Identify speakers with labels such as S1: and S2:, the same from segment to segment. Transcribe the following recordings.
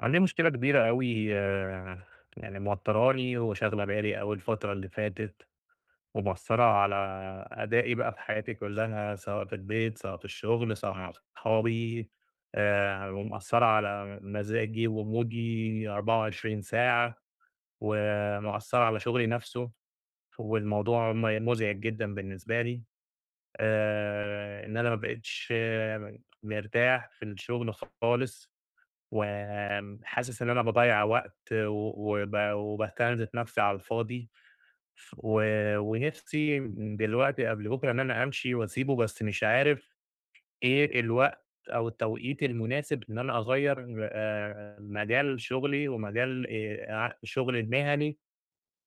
S1: عندي مشكلة كبيرة أوي يعني موتّراني وشاغلة بالي أوي الفترة اللي فاتت، ومأثّرة على أدائي بقى في حياتي كلّها، سواء في البيت، سواء في الشغل، سواء مع صحابي، ومأثّرة على مزاجي ومودي 24 ساعة، ومأثّرة على شغلي نفسه، والموضوع مزعج جدًا بالنسبة لي، إن أنا ما بقيتش مرتاح في الشغل خالص. حاسس إن أنا باضيّع وقت وباستنزف نفسي على الفاضي، و ونفسي دلوقتي قبل بُكرة إن أنا أمشي وأسيبه، بس مش عارف إيه الوقت أو التوقيت المناسب إن أنا أغيّر مجال شغلي ومجال ع شغلي المهني،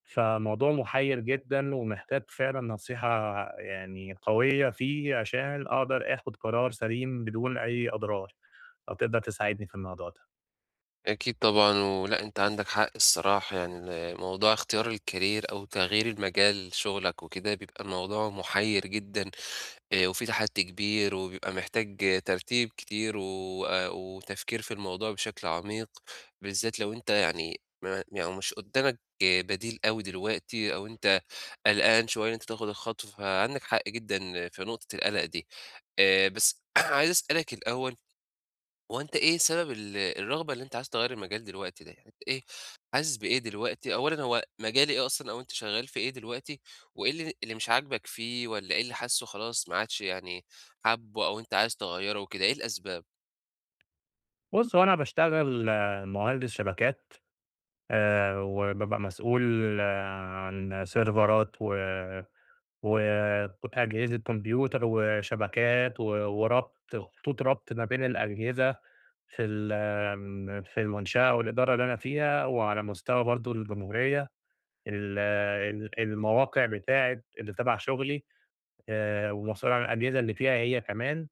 S1: فالموضوع مُحيّر جدًا ومحتاج فعلًا نصيحة يعني قوية فيه عشان أقدر آخُد قرار سليم بدون أي أضرار. لو تقدر تساعدني في الموضوع ده.
S2: أكيد طبعًا، ولأ أنت عندك حق الصراحة، يعني ال موضوع اختيار الcareer أو تغيير المجال شغلك وكده بيبقى الموضوع محيّر جدًا، وفيه تحدي كبير وبيبقى محتاج ترتيب كتير و وتفكير في الموضوع بشكل عميق، بالذات لو أنت يعني ما يعني مش قدّامك بديل أوي دلوقتي أو أنت قلقان شوية إن أنت تاخد الخطوة، فعندك حق جدًا في نقطة القلق دي. بس عايز أسألك الأول، هو أنت إيه سبب الرغبة اللي أنت عايز تغيّر المجال دلوقتي ده؟ يعني أنت إيه حاسس بإيه دلوقتي؟ أولًا هو مجال إيه أصلًا، أو أنت شغال في إيه دلوقتي؟ وإيه اللي مش عاجبك فيه، والّا إيه اللي حاسّه خلاص ما عادش يعني حابّه، أو أنت عايز تغيّره وكده؟ إيه الأسباب؟
S1: بُص، هو أنا باشتغل مهندس شبكات، وبابقى مسؤول آه، عن سيرفرات وأجهزة كمبيوتر وشبكات وربط خطوط ربط ما بين الأجهزة في المنشأة والإدارة اللي أنا فيها، وعلى مستوى برضه الجمهورية. ال ال المواقع بتاعة اللي تبع شغلي، ومسؤول عن الأجهزة اللي فيها هي كمان،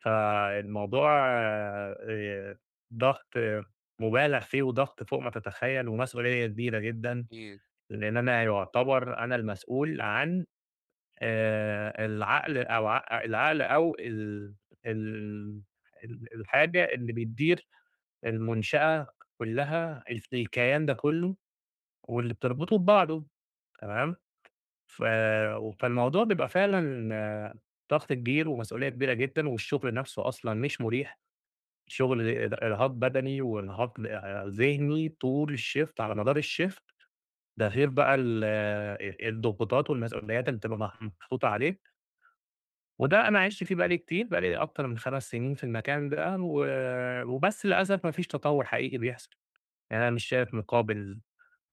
S1: فالموضوع آآ، ضغط آه، مُبالغ فيه وضغط فوق ما تتخيّل ومسؤولية كبيرة جدًا، لإن أنا يُعتبر أنا المسؤول عن العقل أو العقل أو ال ال ال الحاجة اللي بتدير المنشأة كُلّها، الكيان ده كُلّه واللي بتربطه ببعضه، تمام؟ ف فالموضوع بيبقى فعلًا آه، ضغط كبير ومسؤولية كبيرة جدًا، والشغل نفسه أصلًا مش مريح، شغل إرهاق بدني وإرهاق ذهني طول الshift على مدار الshift، ده غير بقى ال الضغوطات والمسؤوليات اللي بتبقى محطوطة عليك، وده أنا عِشت فيه بقى لي كتير، بقى لي أكتر من 5 سنين في المكان ده، وبس للأسف ما فيش تطوّر حقيقي بيحصل، يعني أنا مش شايف مقابل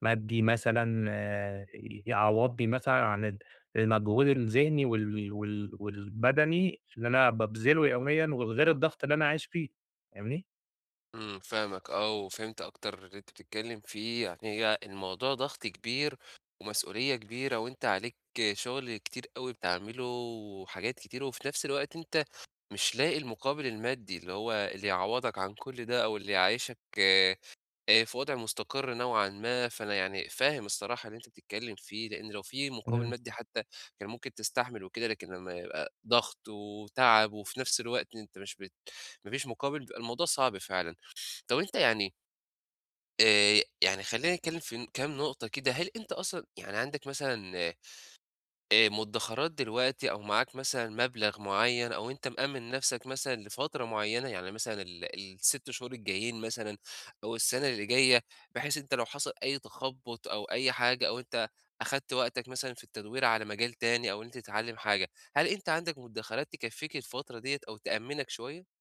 S1: مادي مثلًا يعوّضني مثلًا عن المجهود الذهني والبدني اللي أنا بابذله يوميًا وغير الضغط اللي أنا عايش فيه، فاهمني؟
S2: إمم، فاهمك آه، وفهمت أكتر اللي أنت بتتكلم فيه. يعني هي الموضوع ضغط كبير ومسؤولية كبيرة، وأنت عليك شغل كتير أوي بتعمله وحاجات كتير، وفي نفس الوقت أنت مش لاقي المقابل المادي اللي هو اللي يعوضك عن كل ده، أو اللي يعيشك في وضع مستقر نوعًا ما. فأنا يعني فاهم الصراحة اللي أنت بتتكلم فيه، لأن لو في مقابل
S1: إمم.
S2: مادي حتى كان ممكن تستحمل وكده، لكن لما يبقى ضغط وتعب، وفي نفس الوقت أنت مش ما فيش مقابل، بيبقى الموضوع صعب فعلًا. طب أنت يعني يعني خلّينا نتكلم في كام نقطة كده. هل أنت أصلًا يعني عندك مثلًا مدخرات دلوقتي، أو معاك مثلًا مبلغ معين، أو أنت مأمن نفسك مثلًا لفترة معينة، يعني مثلًا ال6 شهور الجايين مثلًا أو السنة اللي جاية، بحيث أنت لو حصل أي تخبُّط أو أي حاجة، أو أنت أخدت وقتك مثلًا في التدوير على مجال تاني، أو إن أنت تتعلم حاجة، هل أنت عندك مدخرات تكفّيك الفترة ديّة أو تأمّنك شوية؟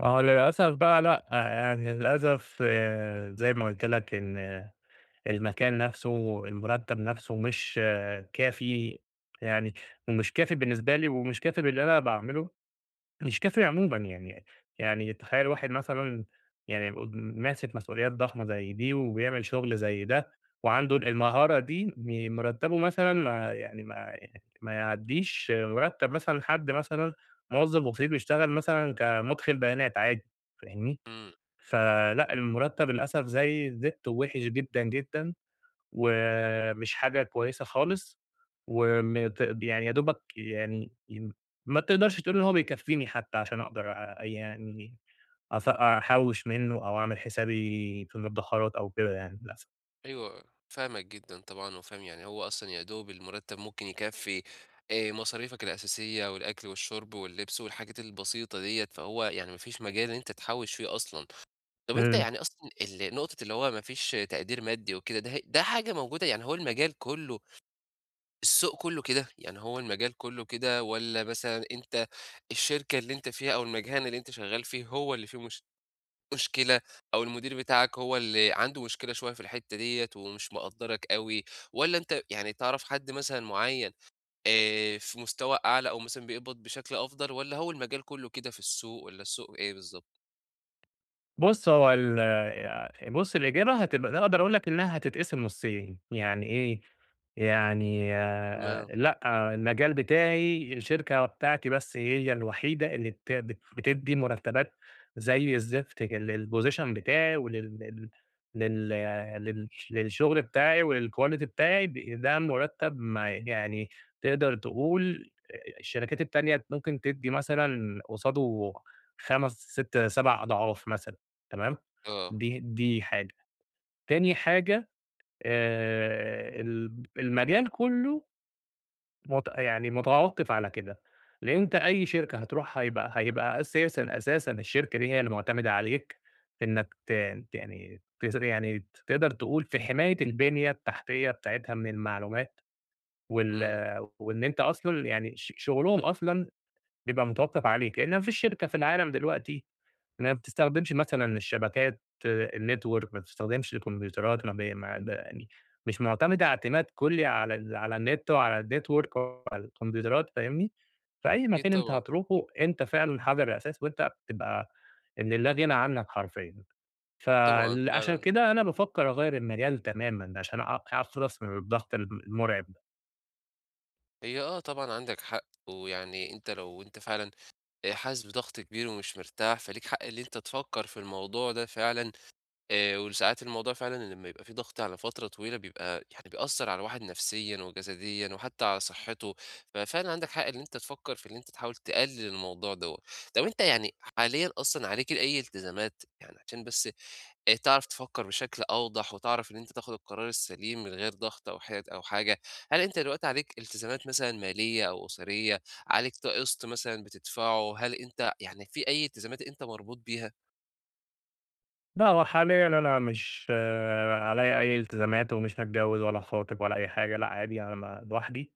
S1: آه، للأسف بقى لأ، يعني للأسف زي ما قُلت لك إن آه، المكان نفسه، المرتب نفسه مش آه، كافي يعني ومش كافي بالنسبة لي ومش كافي باللي أنا باعمله. مش كافي عمومًا يعني، يعني تخيّل واحد مثلًا يعني ماسك مسؤوليات ضخمة زي دي، وبيعمل شغل زي ده، وعنده المهارة دي، مرتّبه مثلًا ما يعني ما ما يعدّيش مرتّب مثلًا حد مثلًا موظف بسيط بيشتغل مثلًا كمُدخِل بيانات عادي، فاهمني؟
S2: إمم.
S1: فلأ، المرتّب للأسف زي الزفت ووِحِش جدًا، جدًا. ومش حاجة كويسة خالص، وم ت يعني يا دوبك يعني م ما تقدرش تقول إن هو بيكفّيني حتى عشان أقدر أ يعني أف أحوّش منّه أو أعمل حسابي في المدخرّات أو كده يعني للأسف.
S2: أيوه، فاهمك جدًا طبعًا، وفاهم يعني هو أصلًا يا دوب المرتّب ممكن يكفّي مصاريفك الأساسية والأكل والشرب واللبس والحاجات البسيطة ديّة، فهو يعني ما فيش مجال إن أنت تحوّش فيه أصلًا. طَب أنت
S1: إمم.
S2: يعني أصلًا ال نقطة اللي هو ما فيش تقدير مادي وكده، ده حاجة موجودة، يعني هو المجال كلّه، السوق كلّه كده؟ يعني هو المجال كلّه كده، والّا مثلًا أنت الشركة اللي أنت فيها أو المكان اللي أنت شغّال فيه هو اللي فيه مش مشكلة، أو المدير بتاعك هو اللي عنده مشكلة شوية في الحتّة ديّة ومش مقدّرك أوي، والّا أنت يعني تعرف حد مثلًا معيّن في مستوى أعلى أو مثلًا بيقبض بشكل أفضل، والّا هو المجال كلّه كده في السوق، والّا السوق إيه بالضبط؟
S1: بُص، هو ال يعني بُص، الإجابة هتبقى أقدر أقول لك إنها هتتقسم نُصّين، يعني إيه؟ يعني
S2: تمام،
S1: لأ، آه، المجال بتاعي الشركة بتاعتي بس هي الوحيدة اللي بت بت بتدّي مرتبات زي الزفت للposition بتاعي ولل لل لل آه، لل للشغل بتاعي وللquality بتاعي ده مرتب ما يعني تقدر تقول الشركات التانية ممكن تدّي مثلًا قصاده 5، 6، 7 أضعاف مثلًا، تمام،
S2: آه،
S1: دي حاجة، تاني حاجة ال المجال كُلّه مت يعني متوقِّف على كده، لإن أنت أي شركة هتروحها هيبقى أساسًا، أساسًا الشركة دي هي اللي معتمدة عليك في إنّك ت ت يعني تس يعني تقدر تقول في حماية البنية التحتية بتاعتها من المعلومات وال
S2: إمم،
S1: وإن أنت أصلًا يعني شغلهم أصلًا بيبقى متوقِّف عليك، لإن ما فيش شركة في العالم دلوقتي ما بتستخدمش مثلًا الشبكات، الnetwork ما بتستخدمش الكمبيوترات، ما ب ما ب يعني مش معتمدة اعتماد كلّي على ال على النت وعلى الnetwork وعلى الكمبيوترات، فاهمني؟ فأي
S2: أكيد
S1: مكان أنت
S2: طبعًا،
S1: هتروحه أنت فعلًا حجر الأساس وأنت بتبقى اللي لا غنى عنك حرفيًا،
S2: طبعًا
S1: عشان
S2: فعلًا.
S1: كده أنا بافكّر أغيّر المجال تمامًا عشان أخلص من الضغط المُرعب ده.
S2: هي آه طبعًا عندك حق. ويعني أنت لو أنت فعلًا حاسس بضغط كبير ومش مرتاح، فليك حق اللي أنت تفكّر في الموضوع ده فعلًا. وساعات الموضوع فعلًا لمّا يبقى في ضغط على فترة طويلة بيبقى يعني بيأثّر على الواحد نفسيًا وجسديًا وحتى على صحّته، ففعلًا عندك حق إن أنت تفكّر في إن أنت تحاول تقلِّل الموضوع دوّة. طب أنت يعني حاليًا أصلًا عليك أي التزامات؟ يعني عشان بس تعرف تفكّر بشكل أوضح، وتعرف إن أنت تاخُد القرار السليم من غير ضغط أو حاجة، هل أنت دلوقتي عليك التزامات مثلًا مالية أو أسرية، عليك قِسْط مثلًا بتدفعه، هل أنت يعني في أي التزامات أنت مربوط بيها؟
S1: لأ هو حاليًا أنا مش آه، عليّا أي التزامات ومش متجوّز ولا خاطب ولا أي حاجة، لأ عادي أنا لوحدي.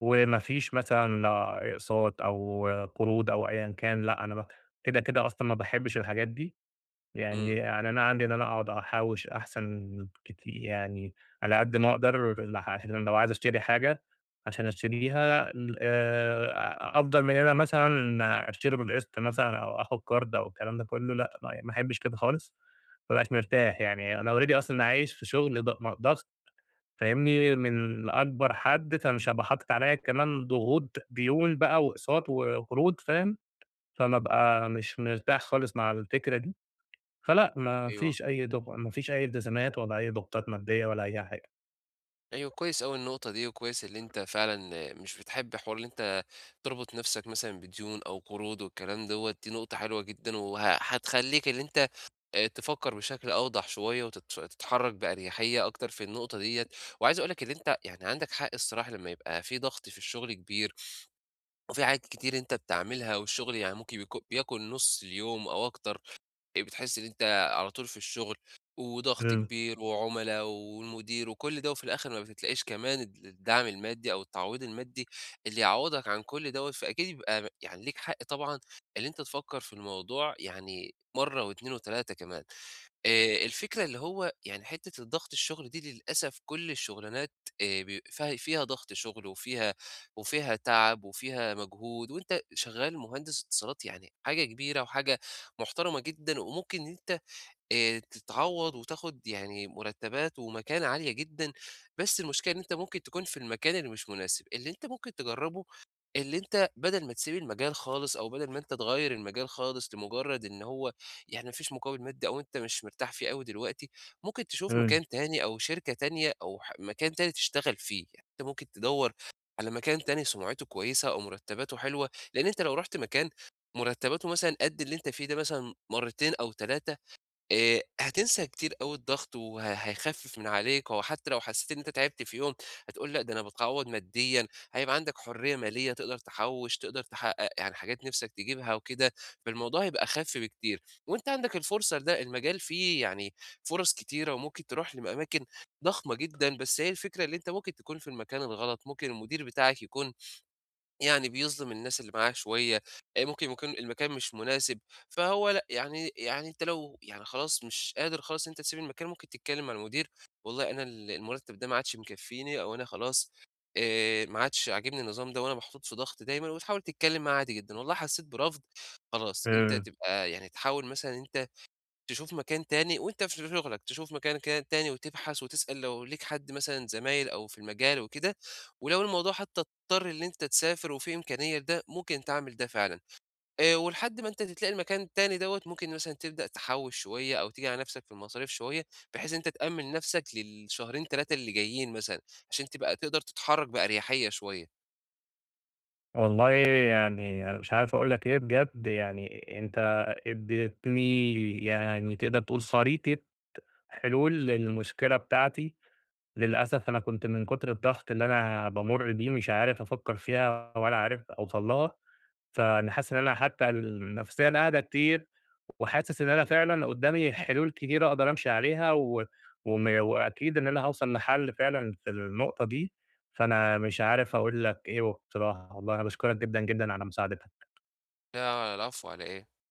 S1: وما فيش مثلًا أقساط أو قروض أو أيًا كان، لأ أنا ب كده، أصلًا ما باحبش الحاجات دي، يعني
S2: إمم،
S1: يعني أنا عندي إن أنا أقعد أحوِّش أحسن كتير يعني على قد ما أقدر عشان لو عايز أشتري حاجة عشان أشتريها ال أفضل من إن أنا مثلًا أشتري بالقسط مثلًا أو آخُد كارد أو الكلام ده كُلّه لأ، ما أحبش كده خالص، ما بابقاش مرتاح يعني أنا already أصلًا عايش في شغل ض م ضغط فاهمني، من أكبر حد، فمش هابقى حاطط عليّا كمان ضغوط ديون بقى وأقساط وقروض فاهم، فأنا أبقى مش مرتاح خالص مع الفكرة دي، فلأ
S2: أيوه.
S1: ما فيش أي التزامات ولا أي ضغوطات مادية ولا أي حاجة.
S2: أيوه، كويس أوي النقطة دي، وكويس اللي أنت فعلًا مش بتحب حوار اللي أنت تربط نَفْسك مثلًا بديون أو قروض والكلام دوّة، دي نقطة حلوة جدًا، وه هتخلّيك اللي أنت تفكّر بشكل أوضح شوية وتتش تتحرّك بأريحية أكتر في النقطة ديّة. وعايز أقول لك اللي أنت يعني عندك حق الصراحة، لمّا يبقى في ضغط في الشغل كبير، وفي حاجات كتير أنت بتعملها، والشغل يعني ممكن بياكُل نُص اليوم أو أكتر. بتحس إن أنت على طول في الشغل، وضغط
S1: إمم،
S2: كبير وعُملا والمدير وكل ده، وفي الآخر ما بتتلاقيش كمان الدعم المادي أو التعويض المادي اللي يعوّضك عن كل دوّة، فأكيد يبقى يعني ليك حق طبعًا اللي أنت تفكّر في الموضوع يعني مرّة و2 و3 كمان. الفكرة اللي هو يعني حتّة الضغط الشغل دي للأسف كل الشغلانات بي فه فيها ضغط شغل، وفيها وفيها تعب وفيها مجهود، وأنت شغّال مهندس اتصالات يعني حاجة كبيرة وحاجة محترمة جدًا، وممكن إن أنت تتعوّض وتاخُد يعني مرتّبات ومكانة عالية جدًا، بس المشكلة إن أنت ممكن تكون في المكان اللي مش مناسب. اللي أنت ممكن تجرّبه، اللي أنت بدل ما تسيب المجال خالص، أو بدل ما أنت تغيّر المجال خالص لمجرد إن هو يعني ما فيش مقابل مادي أو أنت مش مرتاح فيه أوي دلوقتي، ممكن تشوف
S1: إمم،
S2: مكان تاني أو شركة تانية أو مكان تاني تشتغل فيه، يعني أنت ممكن تدوّر على مكان تاني سمعته كويسة أو مرتباته حلوة، لأن أنت لو رُحت مكان مرتباته مثلًا قد اللي أنت فيه ده مثلًا مرتين أو 3، هتنسى كتير أوي الضغط، وه هيخفف من عليك، هو حتى لو حسيت إن أنت تعبت في يوم هتقول لأ، ده أنا باتعوّض ماديًا، هيبقى عندك حرية مالية تقدر تحوّش، تقدر تحقق يعني حاجات نِفْسك تجيبها وكده، فالموضوع هيبقى أخَف بكتير، وأنت عندك الفرصة لده، المجال فيه يعني فرص كتيرة، وممكن تروح لأماكن ضخمة جدًا، بس هي الفكرة اللي أنت ممكن تكون في المكان الغلط، ممكن المدير بتاعك يكون يعني بيظلم الناس اللي معاه شوية، ممكن يكون المكان مش مناسب. فهو لأ، يعني يعني أنت لو يعني خلاص مش قادر خلاص إن أنت تسيب المكان، ممكن تتكلم مع المدير، والله أنا ال المرتب ده ما عادش مكفّيني، أو أنا خلاص ما عادش عاجبني النظام ده وأنا محطوط في ضغط دايمًا، وتحاول تتكلم معاه عادي جدًا، والله حسيت برفض، خلاص أنت
S1: إمم.
S2: تبقى يعني تحاول مثلًا أنت تشوف مكان تاني وأنت في شغلك، تشوف مكان تاني وتبحث وتسأل لو ليك حد مثلًا زمايل أو في المجال وكده، ولو الموضوع حتى اضطر إن أنت تسافر وفي إمكانية لده، ممكن تعمل ده فعلًا. ولحد ما أنت تلاقي المكان التاني دوّة، ممكن مثلًا تبدأ تحوِّش شوية أو تيجي على نفسك في المصاريف شوية، بحيث أنت تأمِّن نفسك للشهرين 3 اللي جايين مثلًا، عشان تبقى تقدر تتحرك بأريحية شوية.
S1: والله يعني أنا مش عارف أقول لك إيه بجد، يعني أنت اديتني يعني تقدر تقول خريطة حلول للمشكلة بتاعتي. للأسف أنا كنت من كتر الضغط اللي أنا بامُر بيه مش عارف أفكّر فيها ولا عارف أوصل لها، فأنا حاسس إن أنا حتى النفسيًا قاعدة كتير، وحاسس إن أنا فعلًا قدّامي حلول كتيرة أقدر أمشي عليها و وم وأكيد إن أنا هاوصل لحل فعلًا في النقطة دي، فأنا مش عارف أقول لك إيه بصراحة، والله أنا باشكرك جدًا، جدًا على مساعدتك.
S2: لا العفو على إيه.